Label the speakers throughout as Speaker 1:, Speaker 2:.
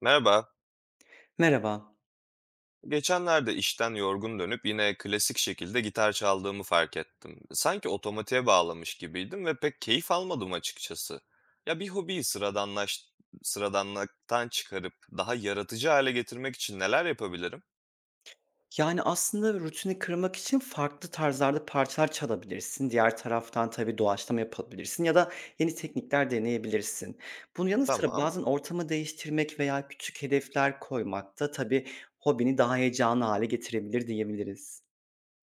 Speaker 1: Merhaba.
Speaker 2: Merhaba.
Speaker 1: Geçenlerde işten yorgun dönüp yine klasik şekilde gitar çaldığımı fark ettim. Sanki otomatiğe bağlamış gibiydim ve pek keyif almadım açıkçası. Ya bir hobiyi sıradanlaş sıradanlıktan çıkarıp daha yaratıcı hale getirmek için neler yapabilirim?
Speaker 2: Yani aslında rutini kırmak için farklı tarzlarda parçalar çalabilirsin. Diğer taraftan tabii doğaçlama yapabilirsin ya da yeni teknikler deneyebilirsin. Bunun yanı sıra
Speaker 1: Tamam,
Speaker 2: bazen ortamı değiştirmek veya küçük hedefler koymak da tabii hobini daha heyecanlı hale getirebilir diyebiliriz.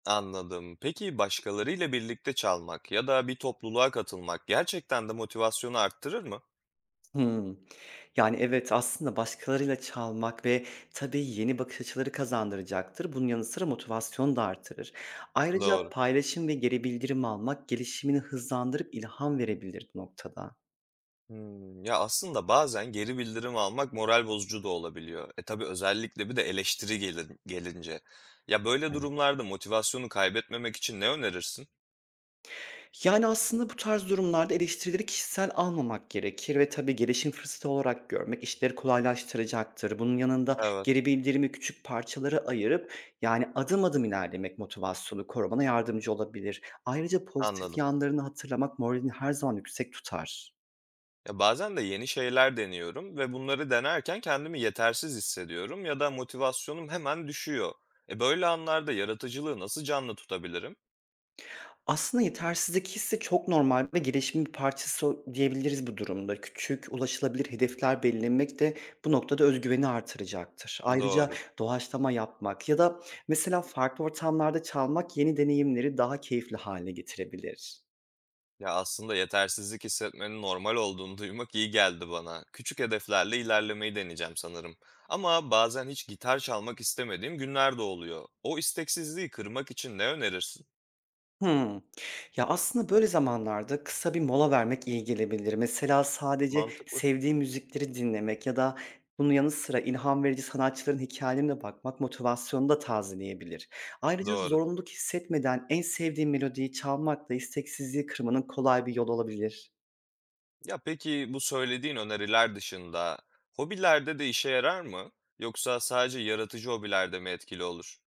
Speaker 1: anladım. Peki başkalarıyla birlikte çalmak ya da bir topluluğa katılmak gerçekten de motivasyonu arttırır mı?
Speaker 2: Hımm. Yani, evet, aslında başkalarıyla çalmak ve tabii yeni bakış açıları kazandıracaktır. Bunun yanı sıra motivasyonu da artırır. Ayrıca
Speaker 1: Doğru.
Speaker 2: paylaşım ve geri bildirim almak gelişimini hızlandırıp ilham verebilir bu noktada.
Speaker 1: Hımm. Ya, aslında bazen geri bildirim almak moral bozucu da olabiliyor. Tabii özellikle bir de eleştiri gelince. Ya, böyle durumlarda motivasyonu kaybetmemek için ne önerirsin?
Speaker 2: Yani, aslında bu tarz durumlarda eleştirileri kişisel almamak gerekir ve tabii gelişim fırsatı olarak görmek işleri kolaylaştıracaktır. Bunun yanında
Speaker 1: Evet,
Speaker 2: geri bildirimi küçük parçalara ayırıp, yani, adım adım ilerlemek motivasyonu korumana yardımcı olabilir. Ayrıca pozitif
Speaker 1: anladım.
Speaker 2: yanlarını hatırlamak moralini her zaman yüksek tutar.
Speaker 1: Ya, bazen de yeni şeyler deniyorum ve bunları denerken kendimi yetersiz hissediyorum ya da motivasyonum hemen düşüyor. Böyle anlarda yaratıcılığı nasıl canlı tutabilirim?
Speaker 2: Aslında yetersizlik hissi çok normal ve gelişimin bir parçası diyebiliriz bu durumda. Küçük, ulaşılabilir hedefler belirlemek de bu noktada özgüveni artıracaktır. Ayrıca
Speaker 1: Doğru.
Speaker 2: doğaçlama yapmak ya da mesela farklı ortamlarda çalmak yeni deneyimleri daha keyifli hale getirebilir.
Speaker 1: Ya, aslında yetersizlik hissetmenin normal olduğunu duymak iyi geldi bana. Küçük hedeflerle ilerlemeyi deneyeceğim sanırım. Ama bazen hiç gitar çalmak istemediğim günler de oluyor. O isteksizliği kırmak için ne önerirsin?
Speaker 2: Hımm. Ya, aslında böyle zamanlarda kısa bir mola vermek iyi gelebilir. Mesela sadece
Speaker 1: Mantıklı.
Speaker 2: sevdiğim müzikleri dinlemek ya da bunun yanı sıra ilham verici sanatçıların hikâyelerine bakmak motivasyonunu da tazeleyebilir. Ayrıca
Speaker 1: Doğru.
Speaker 2: zorunluluk hissetmeden en sevdiğin melodiyi çalmak da isteksizliği kırmanın kolay bir yolu olabilir.
Speaker 1: Ya peki bu söylediğin öneriler dışında hobilerde de işe yarar mı? Yoksa sadece yaratıcı hobilerde mi etkili olur?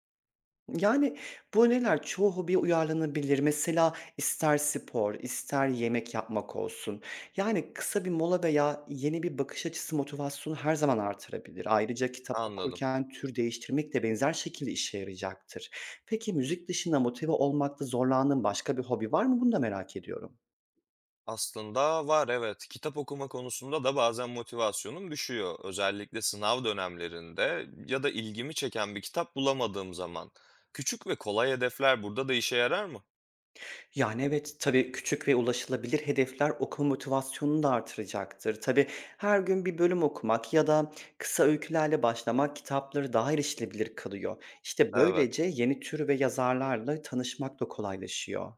Speaker 2: Yani, bu öneriler çoğu hobiye uyarlanabilir. Mesela ister spor, ister yemek yapmak olsun. Yani kısa bir mola veya yeni bir bakış açısı motivasyonu her zaman artırabilir. Ayrıca kitap
Speaker 1: Anladım.
Speaker 2: okurken tür değiştirmek de benzer şekilde işe yarayacaktır. Peki müzik dışında motive olmakta zorlandığın başka bir hobi var mı? Bunu da merak ediyorum.
Speaker 1: Aslında var, evet. Kitap okuma konusunda da bazen motivasyonum düşüyor. Özellikle sınav dönemlerinde ya da ilgimi çeken bir kitap bulamadığım zaman. Küçük ve kolay hedefler burada da işe yarar mı?
Speaker 2: Yani, evet, tabii küçük ve ulaşılabilir hedefler okuma motivasyonunu da artıracaktır. Tabii, her gün bir bölüm okumak ya da kısa öykülerle başlamak kitapları daha erişilebilir kılıyor. İşte,
Speaker 1: Evet,
Speaker 2: böylece yeni tür ve yazarlarla tanışmak da kolaylaşıyor.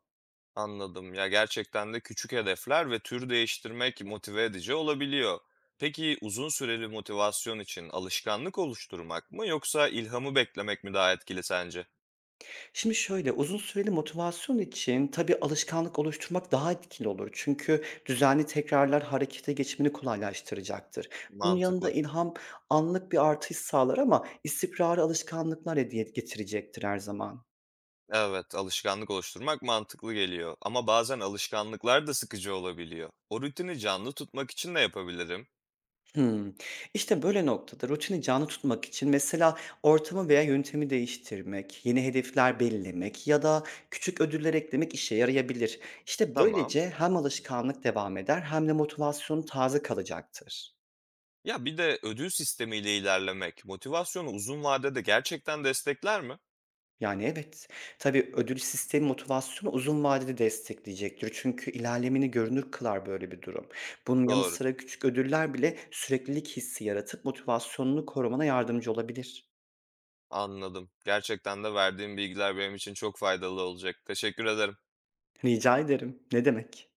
Speaker 1: anladım. Ya gerçekten de küçük hedefler ve tür değiştirmek motive edici olabiliyor. Peki uzun süreli motivasyon için alışkanlık oluşturmak mı yoksa ilhamı beklemek mi daha etkili sence?
Speaker 2: Şimdi şöyle, uzun süreli motivasyon için tabii alışkanlık oluşturmak daha etkili olur. Çünkü düzenli tekrarlar harekete geçimini kolaylaştıracaktır. Bunun yanında
Speaker 1: Mantıklı.
Speaker 2: ilham anlık bir artış sağlar ama istikrarı alışkanlıklar hediye getirecektir her zaman.
Speaker 1: Evet, alışkanlık oluşturmak mantıklı geliyor ama bazen alışkanlıklar da sıkıcı olabiliyor. O rutini canlı tutmak için ne yapabilirim?
Speaker 2: Hımm. İşte, böyle noktada rutini canlı tutmak için mesela ortamı veya yöntemi değiştirmek, yeni hedefler belirlemek ya da küçük ödüller eklemek işe yarayabilir. İşte,
Speaker 1: Tamam.
Speaker 2: böylece hem alışkanlık devam eder hem de motivasyon taze kalacaktır.
Speaker 1: Ya bir de ödül sistemiyle ilerlemek motivasyonu uzun vadede gerçekten destekler mi?
Speaker 2: Yani, evet, tabii ödül sistemi motivasyonu uzun vadede destekleyecektir. Çünkü ilerlemeni görünür kılar böyle bir durum. Bunun yanı
Speaker 1: Doğru.
Speaker 2: sıra küçük ödüller bile süreklilik hissi yaratıp motivasyonunu korumana yardımcı olabilir.
Speaker 1: Anladım. Gerçekten de verdiğim bilgiler benim için çok faydalı olacak. Teşekkür ederim.
Speaker 2: Rica ederim, ne demek.